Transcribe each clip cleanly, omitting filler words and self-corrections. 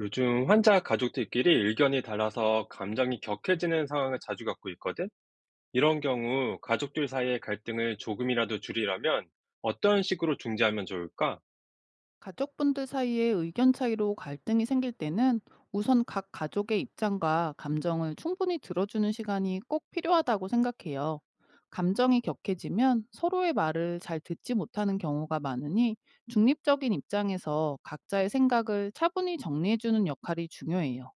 요즘 환자 가족들끼리 의견이 달라서 감정이 격해지는 상황을 자주 겪고 있거든? 이런 경우 가족들 사이의 갈등을 조금이라도 줄이려면 어떤 식으로 중재하면 좋을까? 가족분들 사이에 의견 차이로 갈등이 생길 때는 우선 각 가족의 입장과 감정을 충분히 들어주는 시간이 꼭 필요하다고 생각해요. 감정이 격해지면 서로의 말을 잘 듣지 못하는 경우가 많으니 중립적인 입장에서 각자의 생각을 차분히 정리해주는 역할이 중요해요.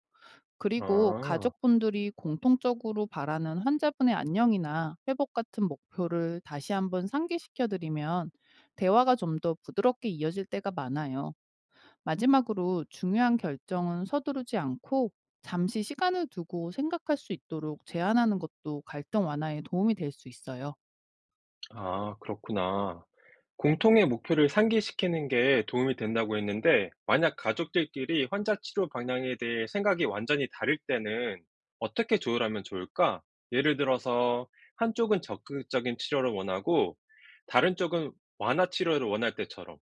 그리고 아, 가족분들이 공통적으로 바라는 환자분의 안녕이나 회복 같은 목표를 다시 한번 상기시켜드리면 대화가 좀 더 부드럽게 이어질 때가 많아요. 마지막으로 중요한 결정은 서두르지 않고 잠시 시간을 두고 생각할 수 있도록 제안하는 것도 갈등 완화에 도움이 될 수 있어요. 아, 그렇구나. 공통의 목표를 상기시키는 게 도움이 된다고 했는데, 만약 가족들끼리 환자 치료 방향에 대해 생각이 완전히 다를 때는 어떻게 조율하면 좋을까? 예를 들어서, 한쪽은 적극적인 치료를 원하고, 다른 쪽은 완화 치료를 원할 때처럼.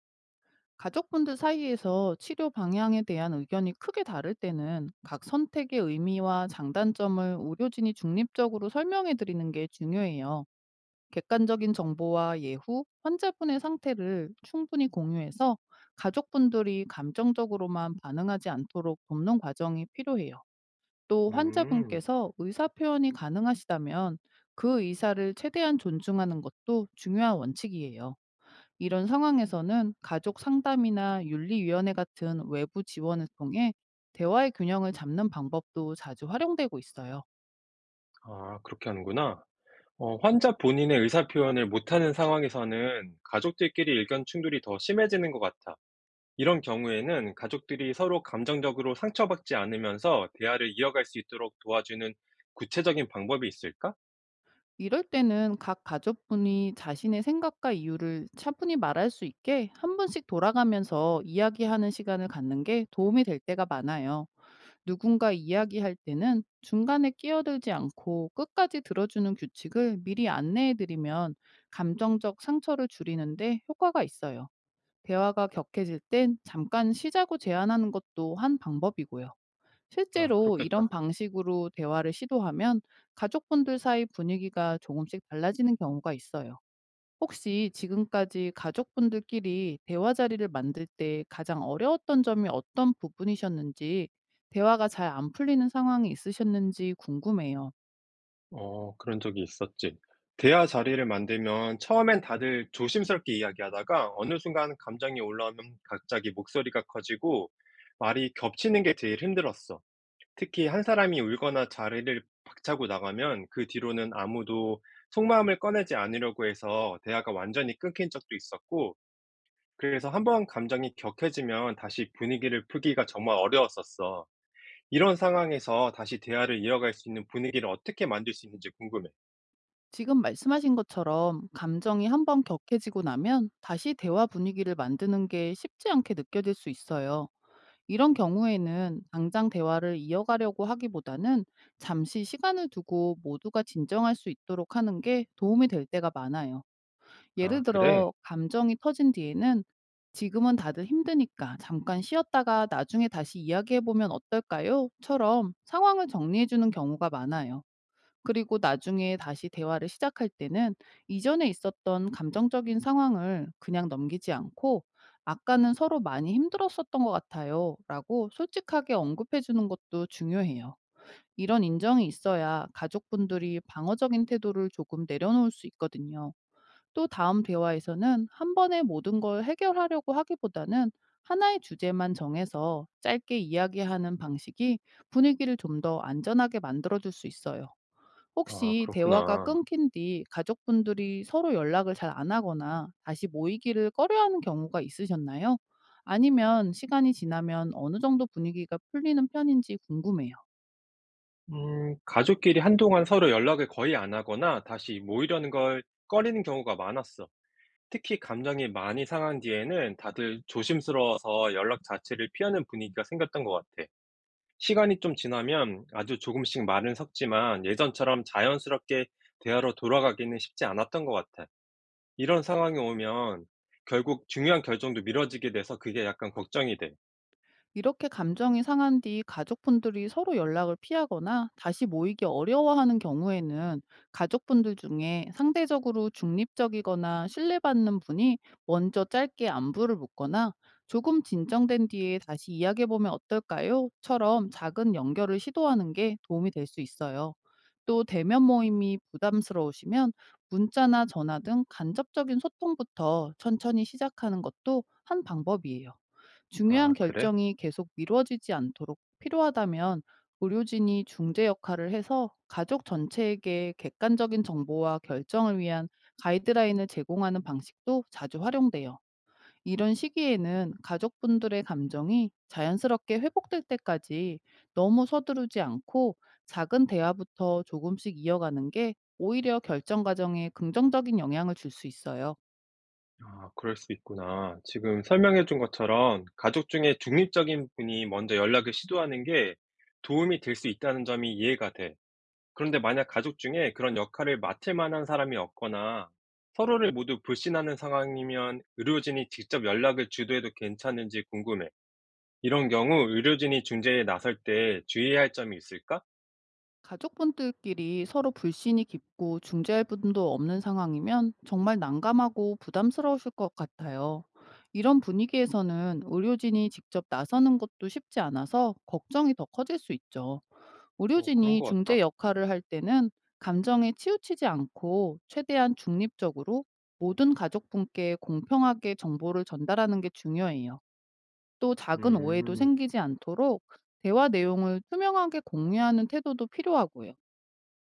가족분들 사이에서 치료 방향에 대한 의견이 크게 다를 때는 각 선택의 의미와 장단점을 의료진이 중립적으로 설명해 드리는 게 중요해요. 객관적인 정보와 예후, 환자분의 상태를 충분히 공유해서 가족분들이 감정적으로만 반응하지 않도록 돕는 과정이 필요해요. 또 음, 환자분께서 의사 표현이 가능하시다면 그 의사를 최대한 존중하는 것도 중요한 원칙이에요. 이런 상황에서는 가족 상담이나 윤리위원회 같은 외부 지원을 통해 대화의 균형을 잡는 방법도 자주 활용되고 있어요. 아, 그렇게 하는구나. 어, 환자 본인의 의사 표현을 못하는 상황에서는 가족들끼리 의견 충돌이 더 심해지는 것 같아. 이런 경우에는 가족들이 서로 감정적으로 상처받지 않으면서 대화를 이어갈 수 있도록 도와주는 구체적인 방법이 있을까? 이럴 때는 각 가족분이 자신의 생각과 이유를 차분히 말할 수 있게 한 번씩 돌아가면서 이야기하는 시간을 갖는 게 도움이 될 때가 많아요. 누군가 이야기할 때는 중간에 끼어들지 않고 끝까지 들어주는 규칙을 미리 안내해 드리면 감정적 상처를 줄이는데 효과가 있어요. 대화가 격해질 땐 잠깐 쉬자고 제안하는 것도 한 방법이고요. 아, 실제로 이런 그렇겠다. 방식으로 대화를 시도하면 가족분들 사이 분위기가 조금씩 달라지는 경우가 있어요. 혹시 지금까지 가족분들끼리 대화 자리를 만들 때 가장 어려웠던 점이 어떤 부분이셨는지, 대화가 잘 안 풀리는 상황이 있으셨는지 궁금해요. 어, 그런 적이 있었지. 대화 자리를 만들면 처음엔 다들 조심스럽게 이야기하다가 어느 순간 감정이 올라오면 갑자기 목소리가 커지고 말이 겹치는 게 제일 힘들었어. 특히 한 사람이 울거나 자리를 박차고 나가면 그 뒤로는 아무도 속마음을 꺼내지 않으려고 해서 대화가 완전히 끊긴 적도 있었고, 그래서 한번 감정이 격해지면 다시 분위기를 풀기가 정말 어려웠었어. 이런 상황에서 다시 대화를 이어갈 수 있는 분위기를 어떻게 만들 수 있는지 궁금해. 지금 말씀하신 것처럼 감정이 한번 격해지고 나면 다시 대화 분위기를 만드는 게 쉽지 않게 느껴질 수 있어요. 이런 경우에는 당장 대화를 이어가려고 하기보다는 잠시 시간을 두고 모두가 진정할 수 있도록 하는 게 도움이 될 때가 많아요. 예를 아, 그래? 들어, 감정이 터진 뒤에는 "지금은 다들 힘드니까 잠깐 쉬었다가 나중에 다시 이야기해보면 어떨까요? 처럼 상황을 정리해주는 경우가 많아요. 그리고 나중에 다시 대화를 시작할 때는 이전에 있었던 감정적인 상황을 그냥 넘기지 않고 "아까는 서로 많이 힘들었었던 것 같아요. 라고 솔직하게 언급해 주는 것도 중요해요. 이런 인정이 있어야 가족분들이 방어적인 태도를 조금 내려놓을 수 있거든요. 또 다음 대화에서는 한 번에 모든 걸 해결하려고 하기보다는 하나의 주제만 정해서 짧게 이야기하는 방식이 분위기를 좀 더 안전하게 만들어줄 수 있어요. 아, 혹시 대화가 그렇구나. 끊긴 뒤 가족분들이 서로 연락을 잘 안 하거나 다시 모이기를 꺼려하는 경우가 있으셨나요? 아니면 시간이 지나면 어느 정도 분위기가 풀리는 편인지 궁금해요. 가족끼리 한동안 서로 연락을 거의 안 하거나 다시 모이려는 걸 꺼리는 경우가 많았어. 특히 감정이 많이 상한 뒤에는 다들 조심스러워서 연락 자체를 피하는 분위기가 생겼던 것 같아. 시간이 좀 지나면 아주 조금씩 말은 섞지만 예전처럼 자연스럽게 대화로 돌아가기는 쉽지 않았던 것 같아. 이런 상황이 오면 결국 중요한 결정도 미뤄지게 돼서 그게 약간 걱정이 돼. 이렇게 감정이 상한 뒤 가족분들이 서로 연락을 피하거나 다시 모이기 어려워하는 경우에는 가족분들 중에 상대적으로 중립적이거나 신뢰받는 분이 먼저 짧게 안부를 묻거나 "조금 진정된 뒤에 다시 이야기해보면 어떨까요? 처럼 작은 연결을 시도하는 게 도움이 될 수 있어요. 또 대면 모임이 부담스러우시면 문자나 전화 등 간접적인 소통부터 천천히 시작하는 것도 한 방법이에요. 중요한 아, 그래? 결정이 계속 미뤄지지 않도록 필요하다면 의료진이 중재 역할을 해서 가족 전체에게 객관적인 정보와 결정을 위한 가이드라인을 제공하는 방식도 자주 활용돼요. 이런 시기에는 가족분들의 감정이 자연스럽게 회복될 때까지 너무 서두르지 않고 작은 대화부터 조금씩 이어가는 게 오히려 결정 과정에 긍정적인 영향을 줄 수 있어요. 아, 그럴 수 있구나. 지금 설명해 준 것처럼 가족 중에 중립적인 분이 먼저 연락을 시도하는 게 도움이 될 수 있다는 점이 이해가 돼. 그런데 만약 가족 중에 그런 역할을 맡을 만한 사람이 없거나 서로를 모두 불신하는 상황이면 의료진이 직접 연락을 주도해도 괜찮은지 궁금해. 이런 경우 의료진이 중재에 나설 때 주의해야 할 점이 있을까? 가족분들끼리 서로 불신이 깊고 중재할 분도 없는 상황이면 정말 난감하고 부담스러우실 것 같아요. 이런 분위기에서는 의료진이 직접 나서는 것도 쉽지 않아서 걱정이 더 커질 수 있죠. 어, 그런 의료진이 것 중재 같다. 역할을 할 때는 감정에 치우치지 않고 최대한 중립적으로 모든 가족분께 공평하게 정보를 전달하는 게 중요해요. 또 작은 오해도 음, 생기지 않도록 대화 내용을 투명하게 공유하는 태도도 필요하고요.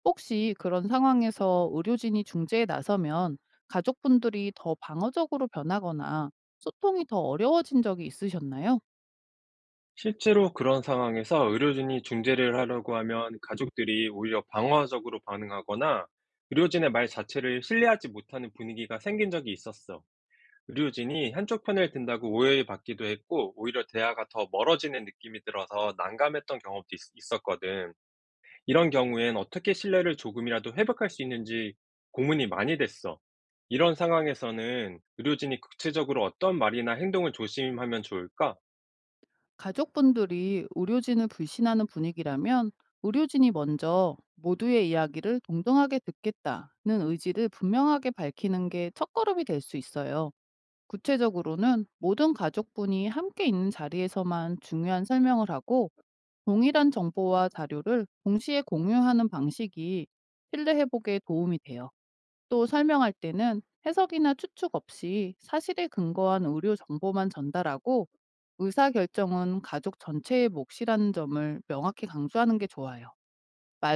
혹시 그런 상황에서 의료진이 중재에 나서면 가족분들이 더 방어적으로 변하거나 소통이 더 어려워진 적이 있으셨나요? 실제로 그런 상황에서 의료진이 중재를 하려고 하면 가족들이 오히려 방어적으로 반응하거나 의료진의 말 자체를 신뢰하지 못하는 분위기가 생긴 적이 있었어. 의료진이 한쪽 편을 든다고 오해받기도 를 했고, 오히려 대화가 더 멀어지는 느낌이 들어서 난감했던 경험도 있었거든. 이런 경우엔 어떻게 신뢰를 조금이라도 회복할 수 있는지 고민이 많이 됐어. 이런 상황에서는 의료진이 구체적으로 어떤 말이나 행동을 조심하면 좋을까? 가족분들이 의료진을 불신하는 분위기라면 의료진이 먼저 모두의 이야기를 동등하게 듣겠다는 의지를 분명하게 밝히는 게 첫걸음이 될 수 있어요. 구체적으로는 모든 가족분이 함께 있는 자리에서만 중요한 설명을 하고 동일한 정보와 자료를 동시에 공유하는 방식이 신뢰 회복에 도움이 돼요. 또 설명할 때는 해석이나 추측 없이 사실에 근거한 의료 정보만 전달하고 의사 결정은 가족 전체의 몫이라는 점을 명확히 강조하는 게 좋아요.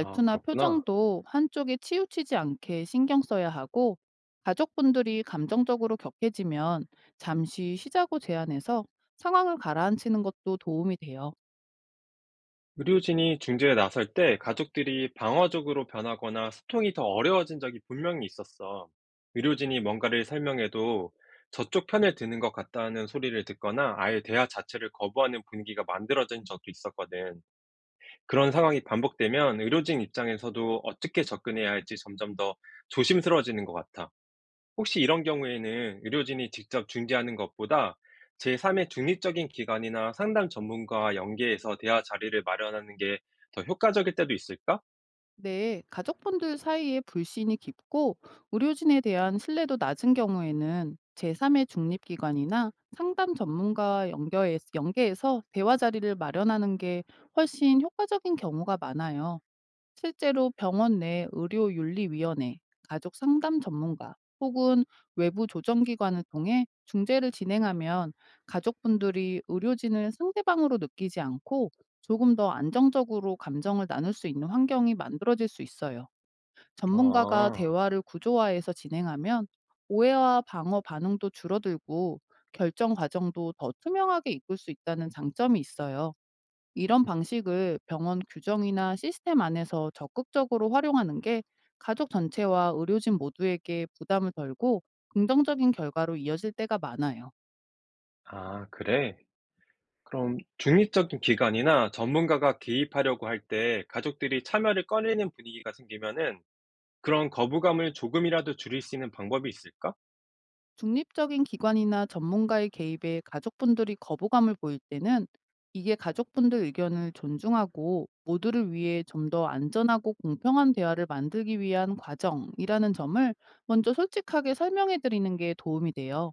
아, 그렇구나. 표정도 한쪽에 치우치지 않게 신경 써야 하고 가족분들이 감정적으로 격해지면 잠시 쉬자고 제안해서 상황을 가라앉히는 것도 도움이 돼요. 의료진이 중재에 나설 때 가족들이 방어적으로 변하거나 소통이 더 어려워진 적이 분명히 있었어. 의료진이 뭔가를 설명해도 저쪽 편을 드는 것 같다는 소리를 듣거나 아예 대화 자체를 거부하는 분위기가 만들어진 적도 있었거든. 그런 상황이 반복되면 의료진 입장에서도 어떻게 접근해야 할지 점점 더 조심스러워지는 것 같아. 혹시 이런 경우에는 의료진이 직접 중재하는 것보다 제3의 중립적인 기관이나 상담 전문가와 연계해서 대화 자리를 마련하는 게 더 효과적일 때도 있을까? 네, 가족분들 사이에 불신이 깊고 의료진에 대한 신뢰도 낮은 경우에는 제3의 중립기관이나 상담 전문가와 연계해서 대화 자리를 마련하는 게 훨씬 효과적인 경우가 많아요. 실제로 병원 내 의료윤리위원회, 가족 상담 전문가 혹은 외부 조정기관을 통해 중재를 진행하면 가족분들이 의료진을 상대방으로 느끼지 않고 조금 더 안정적으로 감정을 나눌 수 있는 환경이 만들어질 수 있어요. 전문가가 아, 대화를 구조화해서 진행하면 오해와 방어 반응도 줄어들고 결정 과정도 더 투명하게 이끌 수 있다는 장점이 있어요. 이런 방식을 병원 규정이나 시스템 안에서 적극적으로 활용하는 게 가족 전체와 의료진 모두에게 부담을 덜고 긍정적인 결과로 이어질 때가 많아요. 아, 그래. 그럼 중립적인 기관이나 전문가가 개입하려고 할 때 가족들이 참여를 꺼리는 분위기가 생기면은 그런 거부감을 조금이라도 줄일 수 있는 방법이 있을까? 중립적인 기관이나 전문가의 개입에 가족분들이 거부감을 보일 때는 이게 가족분들 의견을 존중하고 모두를 위해 좀 더 안전하고 공평한 대화를 만들기 위한 과정이라는 점을 먼저 솔직하게 설명해 드리는 게 도움이 돼요.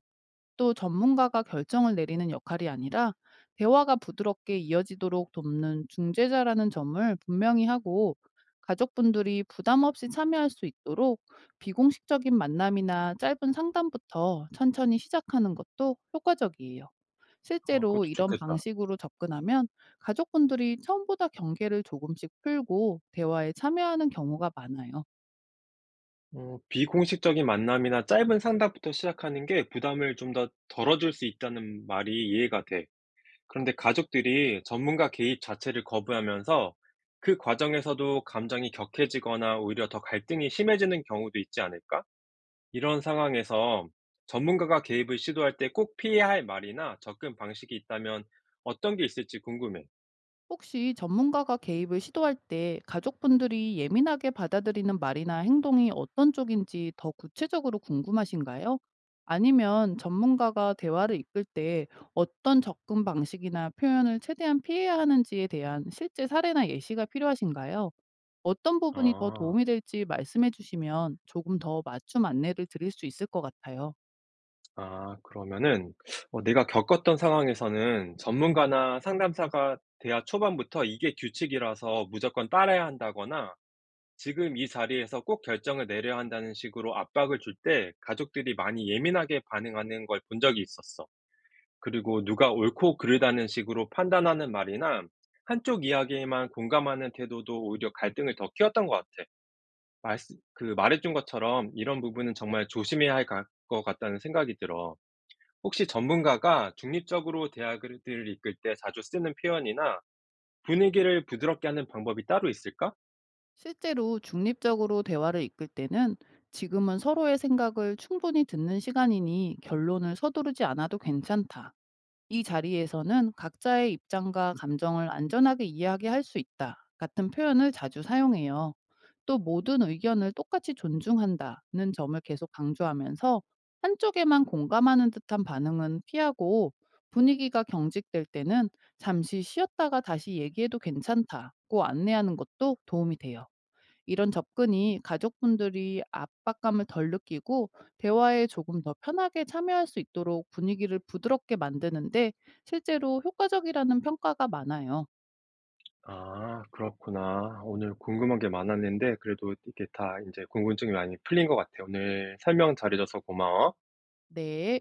또 전문가가 결정을 내리는 역할이 아니라 대화가 부드럽게 이어지도록 돕는 중재자라는 점을 분명히 하고 가족분들이 부담 없이 참여할 수 있도록 비공식적인 만남이나 짧은 상담부터 천천히 시작하는 것도 효과적이에요. 아, 실제로 그것도 이런 좋겠다. 방식으로 접근하면 가족분들이 처음보다 경계를 조금씩 풀고 대화에 참여하는 경우가 많아요. 어, 비공식적인 만남이나 짧은 상담부터 시작하는 게 부담을 좀 더 덜어줄 수 있다는 말이 이해가 돼. 그런데 가족들이 전문가 개입 자체를 거부하면서 그 과정에서도 감정이 격해지거나 오히려 더 갈등이 심해지는 경우도 있지 않을까? 이런 상황에서 전문가가 개입을 시도할 때 꼭 피해야 할 말이나 접근 방식이 있다면 어떤 게 있을지 궁금해. 혹시 전문가가 개입을 시도할 때 가족분들이 예민하게 받아들이는 말이나 행동이 어떤 쪽인지 더 구체적으로 궁금하신가요? 아니면 전문가가 대화를 이끌 때 어떤 접근 방식이나 표현을 최대한 피해야 하는지에 대한 실제 사례나 예시가 필요하신가요? 어떤 부분이 더 아. 도움이 될지 말씀해 주시면 조금 더 맞춤 안내를 드릴 수 있을 것 같아요. 아, 그러면은 내가 겪었던 상황에서는 전문가나 상담사가 대화 초반부터 "이게 규칙이라서 무조건 따라야 한다."거나 "지금 이 자리에서 꼭 결정을 내려야 한다."는 식으로 압박을 줄 때 가족들이 많이 예민하게 반응하는 걸 본 적이 있었어. 그리고 누가 옳고 그르다는 식으로 판단하는 말이나 한쪽 이야기에만 공감하는 태도도 오히려 갈등을 더 키웠던 것 같아. 말 그 말해 준 것처럼 '이런 부분은 정말 조심해야 할 것 같다.'는 생각이 들어. 혹시 전문가가 중립적으로 대학을 을 이끌 때 자주 쓰는 표현이나 분위기를 부드럽게 하는 방법이 따로 있을까? 실제로 중립적으로 대화를 이끌 때는 "지금은 서로의 생각을 충분히 듣는 시간이니 결론을 서두르지 않아도 괜찮다. 이 자리에서는 각자의 입장과 감정을 안전하게 이야기할 수 있다." 같은 표현을 자주 사용해요. 또 모든 의견을 똑같이 존중한다는 점을 계속 강조하면서 한쪽에만 공감하는 듯한 반응은 피하고 분위기가 경직될 때는 잠시 쉬었다가 다시 얘기해도 괜찮다고 안내하는 것도 도움이 돼요. 이런 접근이 가족분들이 압박감을 덜 느끼고 대화에 조금 더 편하게 참여할 수 있도록 분위기를 부드럽게 만드는데 실제로 효과적이라는 평가가 많아요. 아, 그렇구나. 오늘 궁금한 게 많았는데 그래도 이게 다 이제 궁금증이 많이 풀린 것 같아. 오늘 설명 잘해줘서 고마워. 네.